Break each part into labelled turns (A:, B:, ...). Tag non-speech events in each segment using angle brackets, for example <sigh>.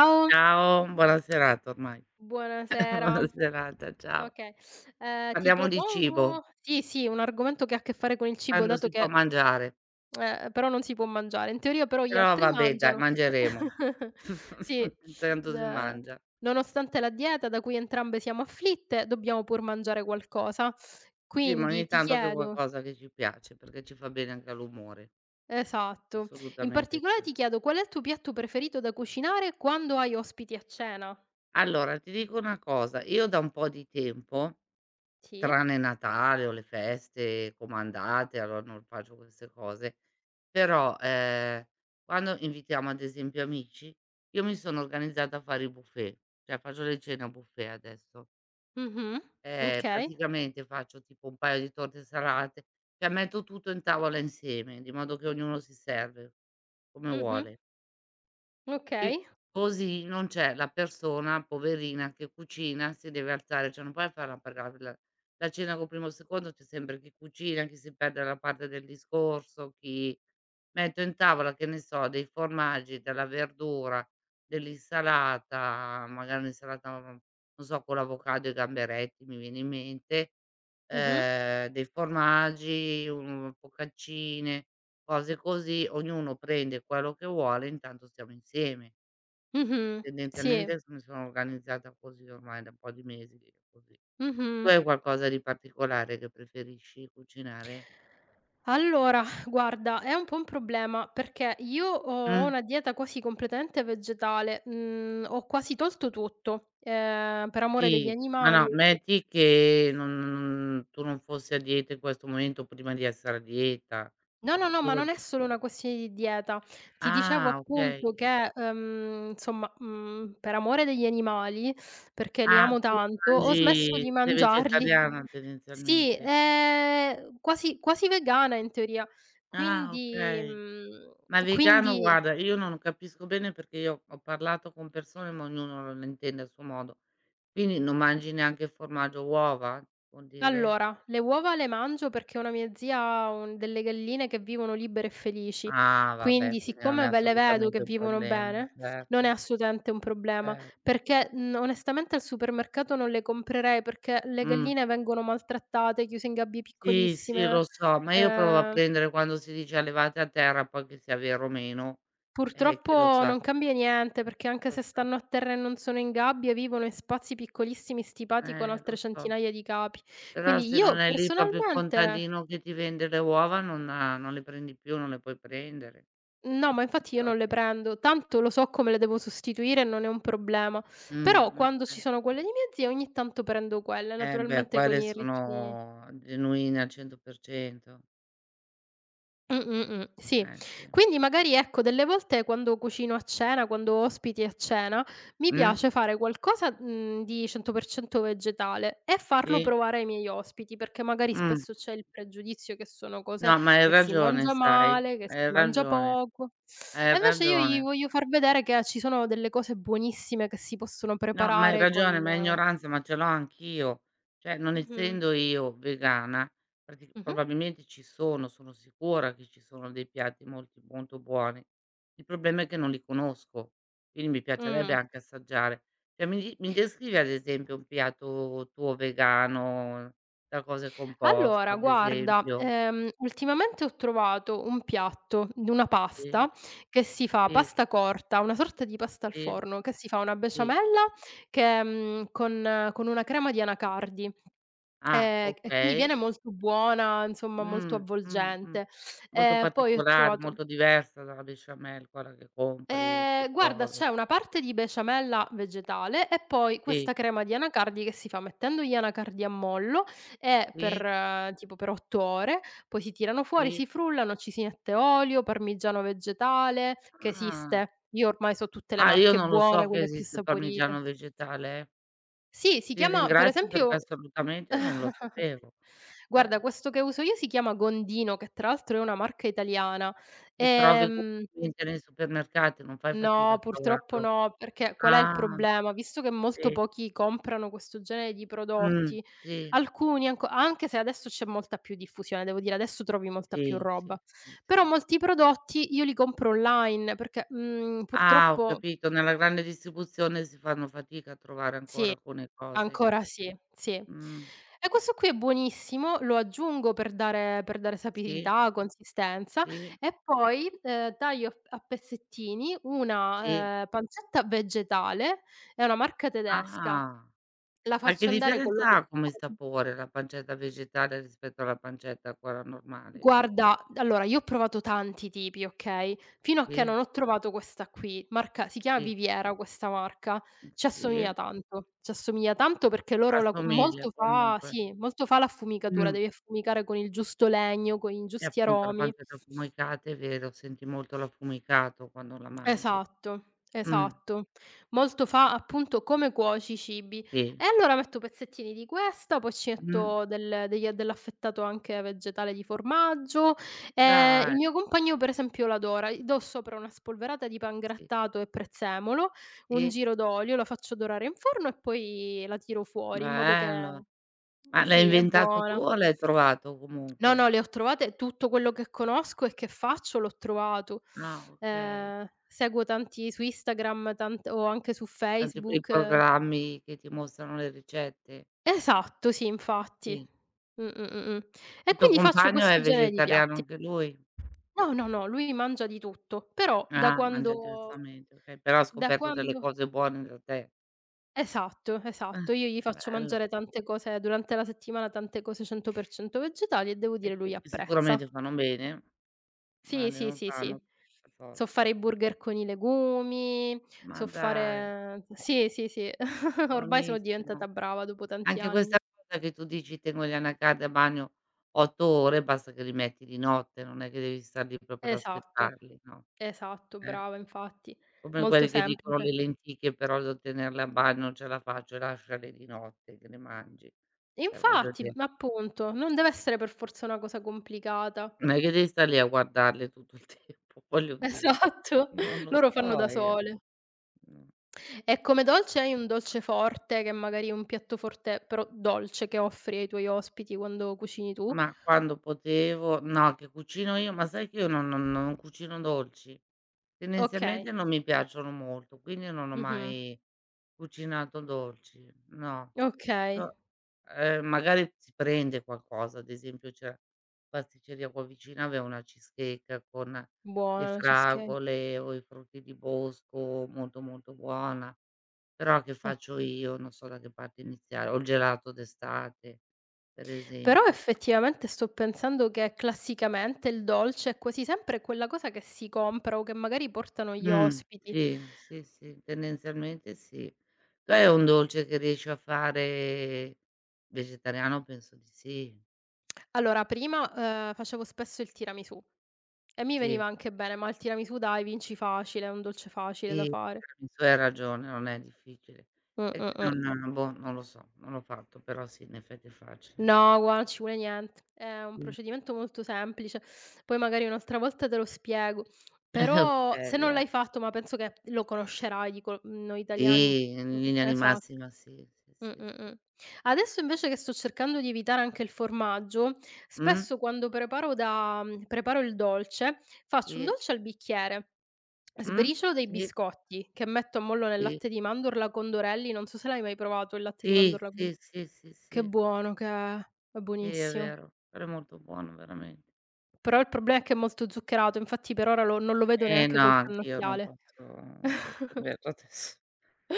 A: Ciao,
B: Ciao, buona serata ormai. <laughs>
A: buonasera.
B: Buona serata, ciao.
A: Okay, ti
B: Parliamo di cibo,
A: propongo sì, sì, un argomento che ha a che fare con il cibo,
B: quando
A: dato
B: si può
A: che
B: mangiare.
A: però non si può mangiare. In teoria però gli
B: Però
A: altri
B: vabbè dai,
A: mangiano.
B: mangeremo.
A: <laughs> Sì,
B: <laughs> Tanto si
A: ehm,
B: mangia.
A: nonostante la dieta da cui entrambe siamo afflitte, dobbiamo pur mangiare qualcosa.
B: Sì, ma
A: Quindi
B: ogni
A: ti
B: tanto anche
A: chiedo.
B: qualcosa che ci piace, perché ci fa bene anche all'umore.
A: Esatto. In
B: Assolutamente
A: particolare
B: sì.
A: ti chiedo qual è il tuo piatto preferito da cucinare quando hai ospiti a cena?
B: Allora, ti dico una cosa, io da un po' di tempo,
A: Sì.
B: tranne Natale o le feste comandate, allora non faccio queste cose. Però, quando invitiamo ad esempio amici, io mi sono organizzata a fare i buffet, cioè faccio le cene a buffet adesso.
A: Mh-mh. Okay.
B: Praticamente faccio tipo un paio di torte salate, cioè metto tutto in tavola insieme, di modo che ognuno si serve come
A: Mh-mh.
B: vuole. E
A: Okay.
B: così non c'è la persona poverina che cucina, si deve alzare, cioè non puoi farla pagare la cena con primo e secondo, c'è sempre chi cucina, chi si perde la parte del discorso, chi metto in tavola, che ne so, dei formaggi, della verdura, dell'insalata, magari un'insalata, non so, con l'avocado e i gamberetti, mi viene in mente,
A: Mh-mh.
B: dei formaggi, un focaccine, cose così, ognuno prende quello che vuole, intanto stiamo insieme.
A: Mh-mh. Sì.
B: Tendenzialmente s mi sono organizzata così ormai da un po' di mesi, vivo così. Tu
A: Mh-mh.
B: hai qualcosa di particolare che preferisci cucinare?
A: Allora, guarda, è un po' un problema perché io ho
B: Mh,
A: una dieta quasi completamente vegetale, ho quasi tolto tutto, per amore degli
B: sì, ma
A: animali
B: no,
A: perché.
B: metti che non tu non fossi a dieta in questo momento, prima di essere a dieta.
A: No, no, no, ma
B: Cosa
A: non è
B: pre
A: solo una questione di dieta. Ti dicevo
B: Ah, okay.
A: appunto che, insomma, per amore degli animali, perché li
B: Ah,
A: amo
B: tu
A: tanto, ho
B: mangi
A: smesso di
B: sei
A: mangiarli.
B: vegetariana
A: Sì,
B: tendenzialmente.
A: quasi quasi vegana in teoria.
B: Ah,
A: Quindi
B: okay.
A: mhmm,
B: Ma vegano
A: quindi
B: guarda, io non capisco bene perché io ho parlato con persone, ma ognuno lo intende a suo modo. Quindi non mangi neanche formaggio e uova, vuol dire?
A: Allora, le uova le mangio perché una mia zia ha un delle galline che vivono libere e felici,
B: Ah vabbè,
A: quindi
B: quindi non è
A: siccome ve le vedo che
B: assolutamente un
A: vivono
B: problema,
A: bene, non è
B: certo,
A: assolutamente un problema,
B: certo.
A: perché, onestamente al supermercato non le comprerei perché le
B: Mh.
A: galline vengono maltrattate, chiuse in gabbie
B: Sì, sì, lo
A: piccolissime.
B: so, ma io provo a
A: Ehm,
B: prendere quando si dice allevate a terra, poi che sia vero o meno, chi lo
A: purtroppo
B: sa,
A: non cambia niente, perché anche
B: lo
A: se
B: so.
A: stanno a terra e non sono in gabbie, vivono in spazi piccolissimi stipati con altre
B: Lo so.
A: centinaia di capi.
B: Però
A: Quindi
B: se non
A: io
B: è lì proprio il
A: personalmente.
B: contadino che ti vende le uova non le prendi più, non le puoi prendere.
A: No, ma infatti io non le
B: Infatti.
A: prendo, tanto lo so come le devo sostituire e non è un problema. Però quando ci
B: Okay.
A: sono quelle di mia zia ogni tanto prendo quelle,
B: Eh beh,
A: naturalmente con
B: quelle
A: i ritmi.
B: sono genuine al 100%.
A: Sì.
B: Eh sì.
A: Quindi magari, ecco, delle volte quando cucino a cena, quando ho ospiti a cena, mi
B: Mh,
A: piace fare qualcosa, di 100% vegetale e farlo
B: sì,
A: provare ai miei ospiti, perché magari
B: mh.
A: spesso c'è il pregiudizio che sono cose
B: No, ma hai
A: che si
B: ragione
A: mangia
B: sai,
A: male, che si
B: hai
A: mangia
B: ragione,
A: poco. E
B: hai
A: invece io gli
B: ragione.
A: voglio far vedere che ci sono delle cose buonissime che si possono
B: No, ma hai
A: preparare con.
B: ragione, ma ignoranza, ma ce l'ho anch'io. Cioè, non
A: Mh-mh.
B: essendo io vegana, prati
A: Mh-mh.
B: probabilmente ci sono, sono sicura che ci sono dei piatti molti molto buoni. Il problema è che non li conosco, quindi mi piacerebbe
A: Mh.
B: anche assaggiare. Cioè, mi descrivi ad esempio un piatto tuo vegano, da cosa è composto
A: Allora
B: ad
A: guarda,
B: esempio?
A: ultimamente ho trovato un piatto di una
B: Sì,
A: pasta che si fa
B: sì.
A: pasta corta, una sorta di pasta al
B: Sì,
A: forno, che si fa una
B: sì.
A: besciamella che mhmm, con una crema di anacardi,
B: Ah,
A: e quindi
B: okay.
A: viene molto buona, insomma molto
B: Mh, mh, mh.
A: avvolgente.
B: Molto
A: Poi ho
B: particolare,
A: trovato.
B: molto diversa dalla besciamella, quella che compri, che
A: Guarda
B: trovi.
A: c'è una parte di besciamella vegetale e poi
B: Sì,
A: questa crema di anacardi che si fa mettendo gli anacardi a mollo e per
B: sì,
A: tipo per 8 ore, poi si tirano fuori,
B: sì.
A: si frullano, ci si mette olio, parmigiano vegetale che
B: Ah.
A: esiste. Io ormai so tutte le
B: Ah, io
A: marche
B: non lo
A: buone,
B: so che
A: quelle più
B: esiste il parmigiano
A: saporite.
B: vegetale, eh.
A: Sì, si
B: Ti
A: chiama per
B: ringrazio perché
A: esempio.
B: assolutamente non lo
A: <laughs>
B: sapevo. Eh,
A: Guarda, questo che uso io si chiama Gondino, che tra l'altro è una marca italiana.
B: che trovi
A: Ehm
B: comunemente nei supermercati, non fai fatica
A: No,
B: a
A: purtroppo
B: trovarlo.
A: no, perché qual è il
B: Ah,
A: problema? Visto che molto
B: vedi.
A: pochi comprano questo genere di
B: Mh,
A: prodotti,
B: sì,
A: alcuni anco anche se adesso c'è molta più diffusione, devo dire adesso trovi molta più
B: sì, sì,
A: roba,
B: sì,
A: però
B: sì.
A: molti prodotti io li compro online perché,
B: Ah, ho
A: purtroppo
B: capito. Nella grande distribuzione si fanno fatica a trovare
A: sì.
B: ancora alcune cose.
A: Ancora sì, sì.
B: Mh.
A: E questo qui è buonissimo, lo aggiungo per dare
B: Sì,
A: sapidità, consistenza,
B: sì,
A: e poi, taglio a pezzettini
B: sì.
A: una, pancetta vegetale, è una marca tedesca,
B: Ah.
A: la
B: Ma che
A: faccio andare con
B: differenza
A: l'olio.
B: ha come sapore la pancetta vegetale rispetto alla pancetta quella normale?
A: Guarda, allora io ho provato tanti tipi, okay, fino a che
B: Sì,
A: non ho trovato questa qui, marca, si chiama
B: sì,
A: Viviera questa marca,
B: mh, sì.
A: ci assomiglia tanto perché loro la cu
B: Assomiglia
A: molto fa
B: comunque.
A: sì, molto fa l'affumicatura,
B: Mh.
A: devi affumicare con il giusto legno, con i
B: E
A: giusti
B: appunto la
A: aromi.
B: pancetta affumicata è vero, senti molto l'affumicato quando la mangi.
A: Esatto,
B: Mh,
A: esatto. Molto fa appunto come cuoci i cibi.
B: sì.
A: E allora metto pezzettini di questa, poi ci
B: Mh.
A: metto dell'affettato anche vegetale di formaggio. Il
B: Dai,
A: mio compagno per esempio lo adora. Gli do sopra una spolverata di
B: sì,
A: pangrattato e prezzemolo, un
B: sì.
A: giro d'olio, la faccio dorare in forno e poi la tiro fuori in modo che
B: Bello.
A: eh
B: Ma l'hai
A: sì, è
B: inventato tu
A: buona.
B: o l'hai trovato
A: No,
B: comunque?
A: no, le ho trovate tutto quello che conosco e che faccio l'ho trovato.
B: Ah, okay.
A: Seguo tanti su Instagram, tant o anche su
B: Ah, tipo i
A: Facebook. Eh.
B: programmi che ti mostrano le ricette?
A: Esatto, sì, infatti.
B: Sì.
A: Mh, mh, mh, mh. E
B: Il tuo
A: quindi faccio
B: compagno
A: questo
B: è
A: genere di
B: vegetariano
A: piatti.
B: anche lui?
A: No, no, no, lui mangia di tutto, però da
B: Ah, mangia
A: quando
B: diversamente, okay, però ha
A: da
B: scoperto delle
A: quando
B: cose buone da te.
A: esatto,
B: Ah,
A: esatto. Io gli faccio
B: bello.
A: mangiare tante cose durante la settimana, tante cose 100% vegetali e devo
B: E
A: dire lui
B: che
A: apprezza.
B: sicuramente fanno bene,
A: Sì,
B: male
A: sì,
B: non
A: sì, sì.
B: fanno per
A: So
B: forza.
A: fare i burger con i legumi,
B: Ma
A: so
B: dai,
A: fare sì, sì, sì. <laughs> Ormai sono
B: buonissimo.
A: diventata brava dopo tanti
B: Anche
A: anni.
B: questa cosa che tu dici: "Tengo gli anacardi a bagno 8 ore", basta che li metti di notte, non è che devi star lì proprio ad
A: Esatto,
B: aspettarli, no,
A: esatto,
B: eh.
A: brava infatti.
B: Come
A: Molto
B: quelli che dicono:
A: semplice.
B: "Le lenticchie però devo tenerle a bagno, non ce la faccio, lasciale di notte che le mangi". Cioè voglio
A: Infatti,
B: dire,
A: ma appunto, non deve essere per forza una cosa complicata.
B: non è che devi star lì a guardarle tutto il <laughs> tempo, voglio dire.
A: Esatto,
B: Non
A: <laughs>
B: lo
A: loro fanno
B: so
A: da
B: io,
A: sole.
B: mh.
A: E come dolce hai un dolce forte che magari è un piatto forte, però dolce, che offri ai tuoi ospiti quando cucini tu?
B: Ma quando potevo no, che cucino io, ma sai che io non cucino dolci?
A: Okay.
B: Tendenzialmente non mi piacciono molto, quindi non ho
A: Mh-mh.
B: mai cucinato dolci, no.
A: Okay.
B: Però, magari si prende qualcosa, ad esempio c'è pasticceria qua vicina aveva una cheesecake con le
A: Buona la cheesecake,
B: fragole o i frutti di bosco, molto, molto buona. Però che
A: eh.
B: faccio io? Non so da che parte iniziare. O il gelato d'estate, per
A: Però
B: esempio.
A: effettivamente sto pensando che classicamente il dolce è quasi sempre quella cosa che si compra o che magari portano gli ospiti.
B: Sì, sì, sì, tendenzialmente sì. Tu hai un dolce che riesci a fare vegetariano? Penso di sì.
A: Allora prima, facevo spesso il tiramisù e mi
B: Sì,
A: veniva anche bene, ma il tiramisù dai vinci facile, è un dolce facile da
B: sì,
A: fare.
B: tiramisù hai ragione, non è difficile.
A: Mh,
B: È
A: mh,
B: che
A: mh.
B: non boh, non lo so, non l'ho fatto, però sì, in effetti è facile.
A: No, guarda, non ci vuole niente. È un
B: Mh.
A: procedimento molto semplice. Poi magari un'altra volta te lo spiego.
B: <laughs> Okay,
A: Però se non
B: gra
A: l'hai fatto, ma penso che lo conoscerai, dico, noi italiani
B: sì, in linea di
A: esatto.
B: massima sì, sì,
A: Mh, mh,
B: sì, sì.
A: mh. Adesso invece che sto cercando di evitare anche il formaggio,
B: Mh,
A: spesso quando preparo il dolce, faccio un
B: sì,
A: dolce al bicchiere,
B: mh,
A: sbriciolo dei
B: sì,
A: biscotti che metto a mollo nel
B: sì,
A: latte di mandorla con Dorelli, non so se l'hai mai provato il latte di
B: sì,
A: mandorla con.
B: sì, sì, sì, sì,
A: Che
B: sì,
A: buono che è
B: è
A: buonissimo.
B: vero, però è molto buono veramente.
A: Però il problema è che è molto zuccherato, infatti per ora lo non lo vedo
B: Eh
A: neanche
B: no,
A: col
B: anch'io non
A: cannocchiale.
B: posso non posso
A: <laughs>
B: vederlo adesso.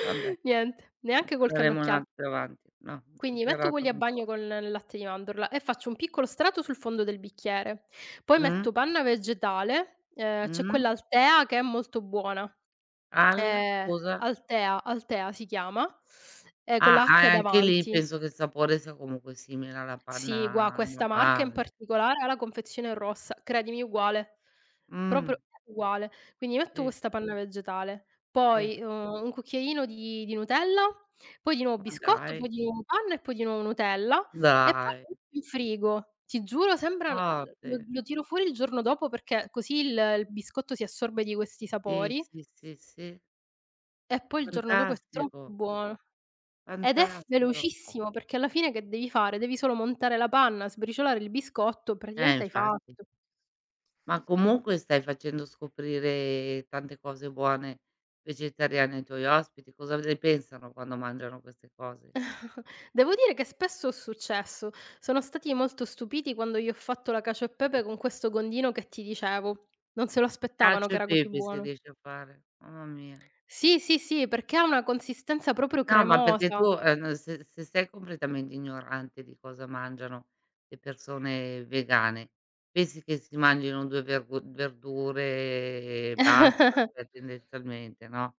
B: Vabbè,
A: Niente, neanche col
B: proveremo un
A: cannocchiale.
B: altro più avanti. No,
A: Quindi metto
B: zuccherato
A: quelli a
B: non
A: bagno
B: posso.
A: con il latte di mandorla e faccio un piccolo strato sul fondo del bicchiere. Poi
B: Mh,
A: metto panna vegetale, c'è
B: mh,
A: quella Altea che è molto buona.
B: al
A: Ehm,
B: scusa?
A: Altea si chiama, con
B: Ah,
A: la H
B: ah, anche lì
A: davanti.
B: penso che il sapore sia comunque simile alla
A: Sì, gua
B: panna
A: questa marca in
B: normale.
A: particolare ha la confezione rossa, credimi uguale, proprio
B: Mh,
A: uguale. Quindi metto
B: sì,
A: questa panna vegetale,
B: sì,
A: poi, un cucchiaino di Nutella, poi di nuovo
B: ma
A: biscotto, poi
B: dai.
A: di nuovo panna e poi di nuovo Nutella e poi
B: Dai,
A: lo metto in frigo. Ti giuro sembra. l lo
B: forte.
A: lo tiro fuori il giorno dopo perché così il biscotto si assorbe di questi
B: Sì,
A: sapori,
B: sì, sì, sì.
A: e poi il giorno dopo è troppo
B: Fantastico,
A: buono. Ed è f
B: fantastico.
A: velocissimo, perché alla fine che devi fare? Devi solo montare la panna, sbriciolare il biscotto, praticamente hai
B: Infatti.
A: fatto.
B: Ma comunque stai facendo scoprire tante cose buone vegetariane ai tuoi ospiti. Cosa ne pensano quando mangiano queste cose?
A: <laughs> Devo dire che spesso è successo. Sono stati molto stupiti quando gli ho fatto la cacio e
B: Sì.
A: pepe con questo gondino che ti dicevo. Non se lo aspettavano
B: Cacio
A: che
B: e
A: era così
B: pepe se
A: buono.
B: riesci a fare, mamma mia.
A: Sì, sì, sì, perché ha una consistenza proprio
B: No, ma perché
A: cremosa.
B: tu, se sei completamente ignorante di cosa mangiano le persone vegane, pensi che si mangino 2 vergu verdure e basta, cioè
A: <laughs>
B: tendenzialmente, no?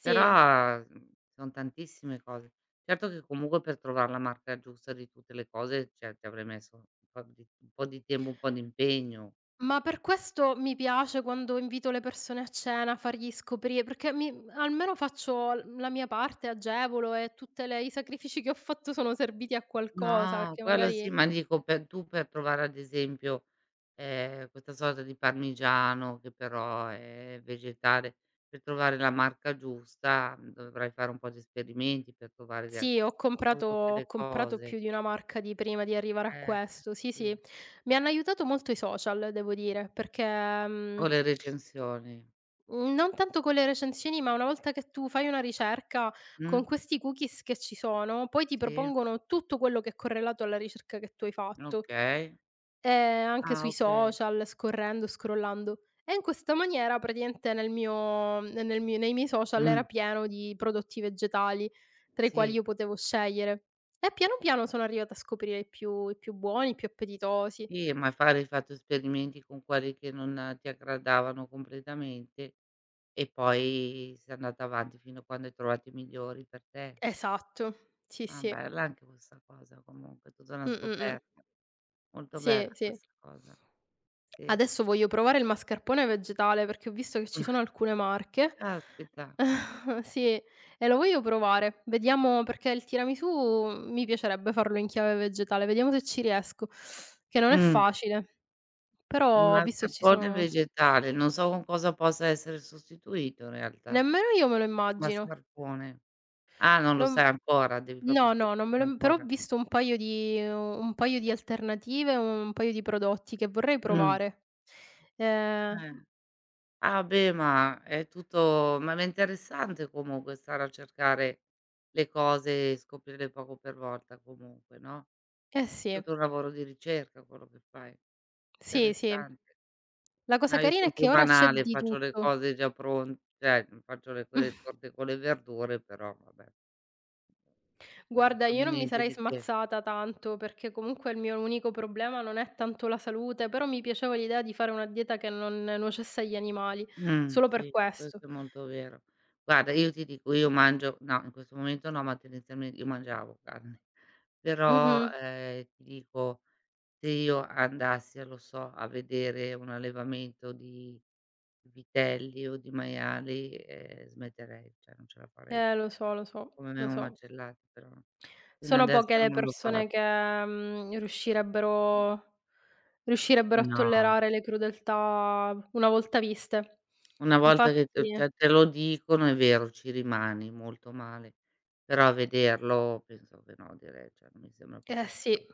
A: Sì.
B: Però, son tantissime cose. Certo che comunque per trovar la marca giusta di tutte le cose, cioè ci avrei messo un po' di tempo, un po' di impegno.
A: Ma per questo mi piace quando invito le persone a cena, fargli scoprire, perché mi almeno faccio l la mia parte, agevolo, e tutte le i sacrifici che ho fatto sono serviti a qualcosa,
B: No.
A: perché
B: Quello
A: magari
B: sì, ma dico per trovare ad esempio, questa sorta di parmigiano che però è vegetale, per trovare la marca giusta, dovrai fare un po' di esperimenti per trovare de
A: sì, ho
B: su
A: comprato
B: tutte
A: ho
B: le
A: comprato
B: cose.
A: più di una marca di prima di arrivare a
B: Eh, eh,
A: questo. Sì, sì.
B: sì.
A: Mi hanno aiutato molto i social, devo dire, perché, mhmm
B: O le recensioni.
A: Mhmm, non tanto con le recensioni, ma una volta che tu fai una ricerca, con
B: Mh,
A: questi cookies che ci sono, poi ti
B: sì,
A: propongono tutto quello che è correlato alla ricerca che tu hai fatto,
B: okay.
A: anche
B: Ah,
A: sui
B: okay.
A: social, scorrendo, scrollando. E in questa maniera praticamente nel mio ne nel mio nei miei social era
B: Mh.
A: pieno di prodotti vegetali, tra i quali
B: Sì,
A: io potevo scegliere. E piano piano sono arrivata a scoprire i più buoni, i più appetitosi.
B: sì, ma fare hai fatto esperimenti con quelli che non ti aggradavano completamente e poi sei andata avanti fino a quando hai trovato i migliori per te.
A: Esatto, sì,
B: Ah,
A: sì.
B: bella anche questa cosa comunque, tutta una
A: Mh, mh, mh.
B: scoperta. Molto
A: Sì,
B: bella
A: sì.
B: questa cosa, sì.
A: Adesso voglio provare il mascarpone vegetale, perché ho visto che ci sono
B: <laughs>
A: alcune marche.
B: Ma caspita.
A: <laughs> Sì, e lo voglio provare. Vediamo perché il tiramisù mi piacerebbe farlo in chiave vegetale, vediamo se ci riesco, che non è
B: Mh.
A: facile.
B: Il
A: Però visto che ci
B: mascarpone
A: sono,
B: vegetale, non so con cosa possa essere sostituito in realtà.
A: nemmeno io me lo immagino.
B: Mascarpone. Ah, non lo
A: Non
B: sai ancora, devi proprio
A: no, no, non me
B: scoprirlo
A: lo im però ho
B: ancora.
A: visto un paio di alternative, un paio di prodotti che vorrei
B: Mh.
A: provare. Ehm,
B: Eh. Ah beh, ma è tutto ma è interessante comunque stare a cercare le cose e scoprirle poco per volta comunque, no,
A: eh sì,
B: tutto un lavoro di ricerca quello che fai,
A: sì, sì.
B: interessante.
A: La cosa
B: No, io
A: carina
B: son
A: è che
B: più
A: ora c'è
B: banale,
A: di
B: faccio le
A: tutto.
B: cose già pron cioè faccio le quelle
A: <laughs>
B: torte con le verdure, però vabbè, non
A: Guarda, io
B: sono
A: non mi
B: niente
A: sarei
B: di che.
A: smazzata tanto, perché comunque il mio unico problema non è tanto la salute, però mi piaceva l'idea di fare una dieta che non nuocesse agli animali, solo per
B: Sì,
A: questo.
B: questo è molto vero. Guarda, io ti dico, io mangio no, in questo momento no, ma tendenzialmente io mangiavo carne, però,
A: Mh-mh.
B: ti dico, se io andassi a lo so, a vedere un allevamento di vitelli o di maiali, smetterei, cioè non ce la farei.
A: Lo so, lo so,
B: Come
A: lo
B: vengono
A: so.
B: macellati però. Fino
A: Sono
B: adesso
A: poche le
B: non l'ho
A: persone che,
B: fatto.
A: mhmm, riuscirebbero riuscirebbero a
B: No.
A: tollerare le crudeltà una volta viste.
B: Una volta che t
A: Infatti
B: cioè te lo dicono è vero, ci rimani molto male, però a vederlo penso che no, direi, cioè non mi sembra
A: eh
B: proprio il
A: sì.
B: caso.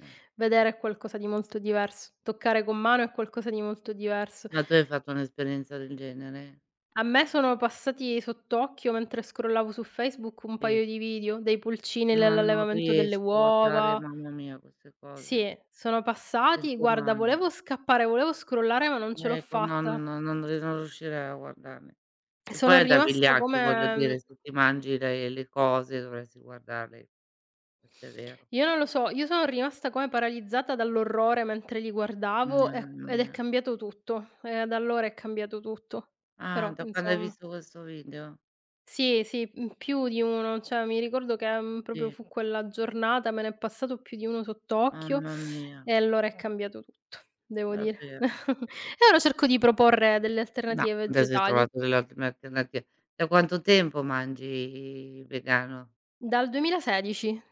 B: Eh, sì.
A: Vedere è qualcosa di molto diverso, toccare con mano è qualcosa di molto diverso.
B: Ma tu hai fatto un'esperienza del genere?
A: A me sono passati sott'occhio, mentre scrollavo su Facebook, un
B: Sì.
A: paio di video dei pulcini
B: Ma non
A: nell'allevamento delle
B: riesco a guardare,
A: uova.
B: mamma mia, queste cose.
A: Sì,
B: Mi
A: sono passati.
B: sento
A: Guarda,
B: male.
A: volevo scappare, volevo scrollare, ma non ce l'ho
B: Ecco, no, no,
A: fatta.
B: no, non riuscirei a guardarle. Che
A: Sono
B: poi è da
A: rimasta
B: vigliacchi, voglio
A: come
B: dire, se ti mangi le cose dovresti guardarle, questo è vero.
A: io non lo so, io sono rimasta come paralizzata dall'orrore mentre li guardavo
B: Mamma
A: ed è
B: mia.
A: cambiato tutto. Da allora è cambiato tutto.
B: Ah,
A: Però,
B: da quando hai
A: insom
B: visto questo video?
A: Sì, sì, più di uno. Cioè, mi ricordo che, proprio
B: Sì,
A: fu quella giornata, me ne è passato più di uno sott'occhio,
B: mamma mia,
A: e allora è cambiato tutto, devo dire.
B: davvero.
A: <laughs> E ora cerco di proporre delle
B: No.
A: alternative
B: Adesso hai
A: vegetali.
B: trovato delle ottime alternative. Da quanto tempo mangi vegano?
A: Dal 2016.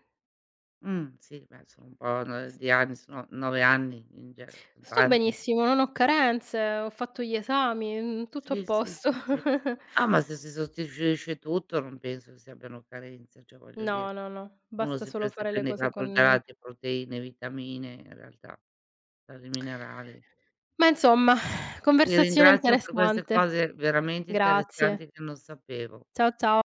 B: Sì, beh, sono un po' no di anni, sono 9 anni in genere, son
A: Sto
B: tanti.
A: benissimo, non ho carenze, ho fatto gli esami, tutto a
B: Sì, sì,
A: posto.
B: sì, sì. Ah,
A: <laughs>
B: ma se si sostituisce tutto non penso che si abbiano carenze, cioè voglio dire,
A: No, no, no,
B: uno
A: basta solo
B: si
A: fare le
B: prende i
A: cose con.
B: carboidrati, proteine, vitamine, in realtà, tali minerali.
A: Ma insomma,
B: Ti
A: conversazione
B: ringrazio per queste
A: interessante.
B: cose veramente
A: Grazie.
B: interessanti che non sapevo.
A: Ciao, ciao.